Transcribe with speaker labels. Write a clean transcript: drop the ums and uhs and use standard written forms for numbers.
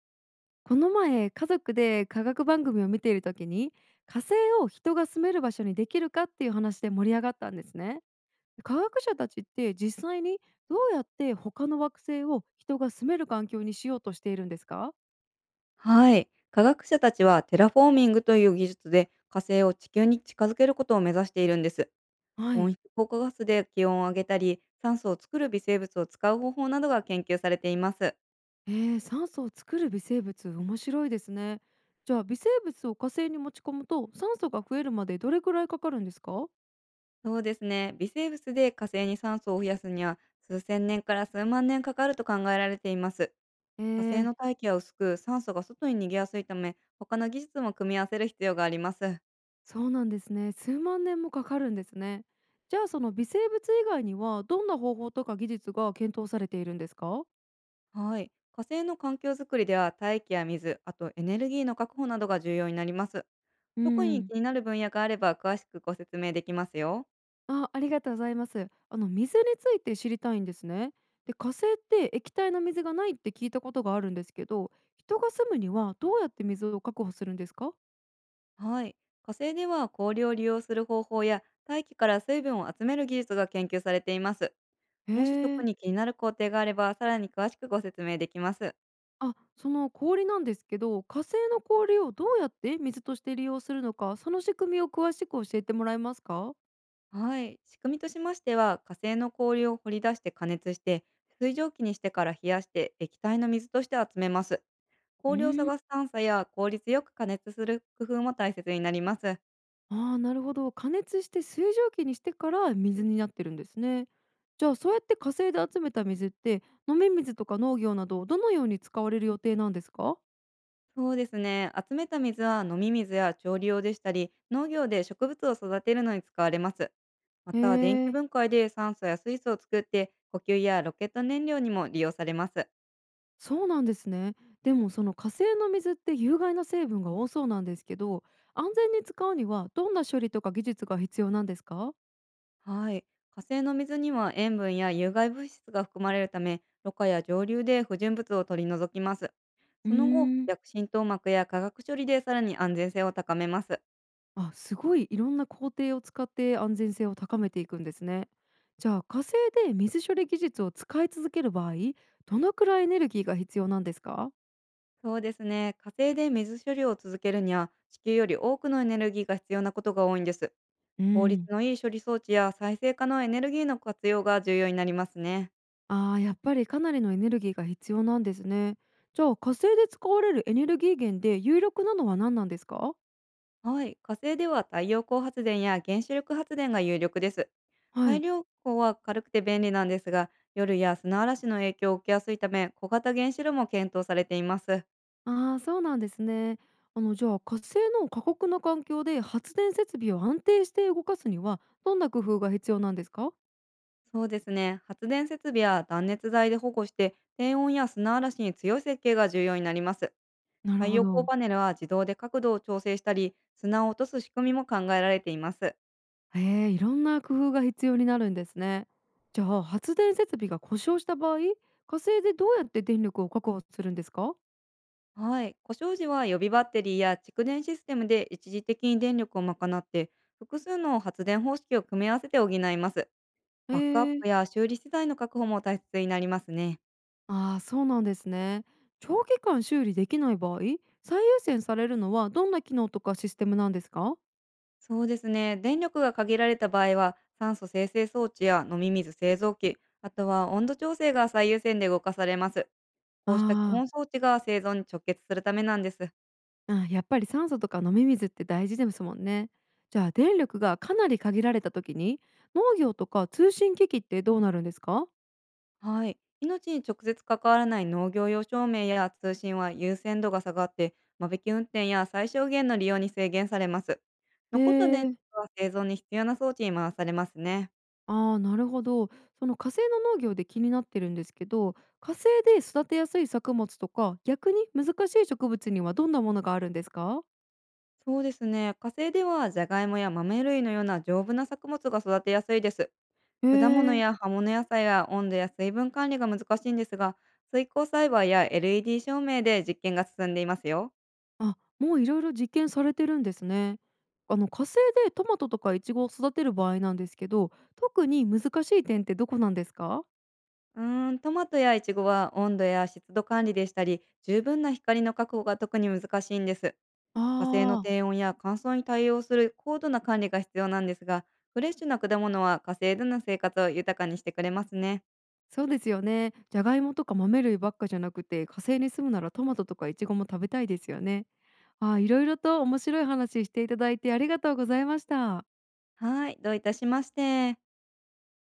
Speaker 1: この前家族で科学番組を見ている時に火星を人が住める場所にできるかっていう話で盛り上がったんですね。科学者たちって実際にどうやって他の惑星を人が住める環境にしようとしているんですか？
Speaker 2: はい。科学者たちはテラフォーミングという技術で火星を地球に近づけることを目指しているんです。
Speaker 1: は
Speaker 2: 温
Speaker 1: い。
Speaker 2: 室効果ガスで気温を上げたり、酸素を作る微生物を使う方法などが研究されています。
Speaker 1: え酸素を作る微生物面白いですね。じゃあ微生物を火星に持ち込むと酸素が増えるまでどれくらいかかるんですか？
Speaker 2: そうですね。微生物で火星に酸素を増やすには数千年から数万年かかると考えられています。
Speaker 1: え
Speaker 2: 火星
Speaker 1: ー
Speaker 2: の大気は薄く酸素が外に逃げやすいため、他の技術も組み合わせる必要があります。
Speaker 1: そうなんですね。数万年もかかるんですね。じゃあその微生物以外にはどんな方法とか技術が検討されているんですか？
Speaker 2: はい。火星の環境づくりでは大気や水、あとエネルギーの確保などが重要になります。
Speaker 1: う
Speaker 2: 特に
Speaker 1: ん。
Speaker 2: 気になる分野があれば詳しくご説明できますよ。
Speaker 1: あ、ありがとうございます。あの水について知りたいんですね。で、火星って液体の水がないって聞いたことがあるんですけど、人が住むにはどうやって水を確保するんですか？
Speaker 2: はい。火星では氷を利用する方法や大気から水分を集める技術が研究されています。
Speaker 1: へ
Speaker 2: もし特
Speaker 1: え。
Speaker 2: に気になる工程があればさらに詳しくご説明できます。
Speaker 1: あ、その氷なんですけど、火星の氷をどうやって水として利用するのか、その仕組みを詳しく教えてもらえますか？
Speaker 2: はい。仕組みとしましては、火星の氷を掘り出して加熱して水蒸気にしてから冷やして液体の水として集めます。
Speaker 1: う
Speaker 2: 氷を
Speaker 1: ーん。
Speaker 2: 探す探査や効率よく加熱する工夫も大切になります。
Speaker 1: ああ、なるほど。加熱して水蒸気にしてから水になってるんですね。じゃあそうやって火星で集めた水って飲み水とか農業などどのように使われる予定なんですか？
Speaker 2: そうですね。集めた水は飲み水や調理用でしたり、農業で植物を育てるのに使われます。ま
Speaker 1: へ
Speaker 2: た、電気
Speaker 1: え、
Speaker 2: 分解で酸素や水素を作って、呼吸やロケット燃料にも利用されます。
Speaker 1: そうなんですね。でもその火星の水って有害な成分が多そうなんですけど、安全に使うにはどんな処理とか技術が必要なんですか？
Speaker 2: はい。火星の水には塩分や有害物質が含まれるため、ろ過や蒸留で不純物を取り除きます。
Speaker 1: うー
Speaker 2: その後、
Speaker 1: ん。
Speaker 2: 薬浸透膜や化学処理でさらに安全性を高めます。
Speaker 1: あ、すごいいろんな工程を使って安全性を高めていくんですね。じゃあ火星で水処理技術を使い続ける場合どのくらいエネルギーが必要なんですか？
Speaker 2: そうですね。火星で水処理を続けるには、地球より多くのエネルギーが必要なことが多いんです。
Speaker 1: う
Speaker 2: 効率
Speaker 1: ん。
Speaker 2: のいい処理装置や再生可能エネルギーの活用が重要になりますね。
Speaker 1: あー、やっぱりかなりのエネルギーが必要なんですね。じゃあ火星で使われるエネルギー源で有力なのは何なんですか？
Speaker 2: はい、火星では太陽光発電や原子力発電が有力です。太
Speaker 1: はい。
Speaker 2: 陽光は軽くて便利なんですが、夜や砂嵐の影響を受けやすいため、小型原子炉も検討されています。
Speaker 1: ああ、そうなんですね。あの、じゃあ火星の過酷な環境で発電設備を安定して動かすにはどんな工夫が必要なんですか？
Speaker 2: そうですね、発電設備や断熱材で保護して、低温や砂嵐に強い設計が重要になります。
Speaker 1: なる
Speaker 2: 太
Speaker 1: ほ
Speaker 2: 陽光
Speaker 1: ど。
Speaker 2: パネルは自動で角度を調整したり、砂を落とす仕組みも考えられています。
Speaker 1: へえ、いろんな工夫が必要になるんですね。じゃあ発電設備が故障した場合、火星でどうやって電力を確保するんですか？
Speaker 2: はい。故障時は予備バッテリーや蓄電システムで一時的に電力を賄って、複数の発電方式を組み合わせて補います。
Speaker 1: へ
Speaker 2: バックアッ
Speaker 1: え、
Speaker 2: プや修理資材の確保も大切になりますね。
Speaker 1: ああ、そうなんですね。長期間修理できない場合、最優先されるのはどんな機能とかシステムなんですか？
Speaker 2: そうですね。電力が限られた場合は、酸素生成装置や飲み水製造機、あとは温度調整が最優先で動かされます。
Speaker 1: あ
Speaker 2: こうした基本装
Speaker 1: ー、
Speaker 2: 置が生存に直結するためなんです。
Speaker 1: あ、やっぱり酸素とか飲み水って大事ですもんね。じゃあ電力がかなり限られた時に農業とか通信機器ってどうなるんですか？
Speaker 2: はい。命に直接関わらない農業用照明や通信は優先度が下がって、間引き運転や最小限の利用に制限されます。
Speaker 1: へ
Speaker 2: 残った電
Speaker 1: え。
Speaker 2: 力は生存に必要な装置に回されますね。
Speaker 1: ああ、なるほど。その火星の農業で気になってるんですけど、火星で育てやすい作物とか、逆に難しい植物にはどんなものがあるんですか？
Speaker 2: そうですね。火星ではジャガイモや豆類のような丈夫な作物が育てやすいです。
Speaker 1: へ
Speaker 2: 果物
Speaker 1: え。
Speaker 2: や葉物野菜は温度や水分管理が難しいんですが、水耕栽培や LED 照明で実験が進んでいますよ。
Speaker 1: あ、もういろいろ実験されてるんですね。あの、火星でトマトとかイチゴを育てる場合なんですけど、特に難しい点ってどこなんですか？
Speaker 2: うーん、トマトやイチゴは温度や湿度管理でしたり、十分な光の確保が特に難しいんです。火星の
Speaker 1: ああー、
Speaker 2: 低温や乾燥に対応する高度な管理が必要なんですが、フレッシュな果物は火星での生活を豊かにしてくれますね。
Speaker 1: そうですよね。じゃがいもとか豆類ばっかじゃなくて、火星に住むならトマトとかイチゴも食べたいですよね。ああ、いろいろと面白い話していただいてありがとうございました。
Speaker 2: はい、どういたしまして。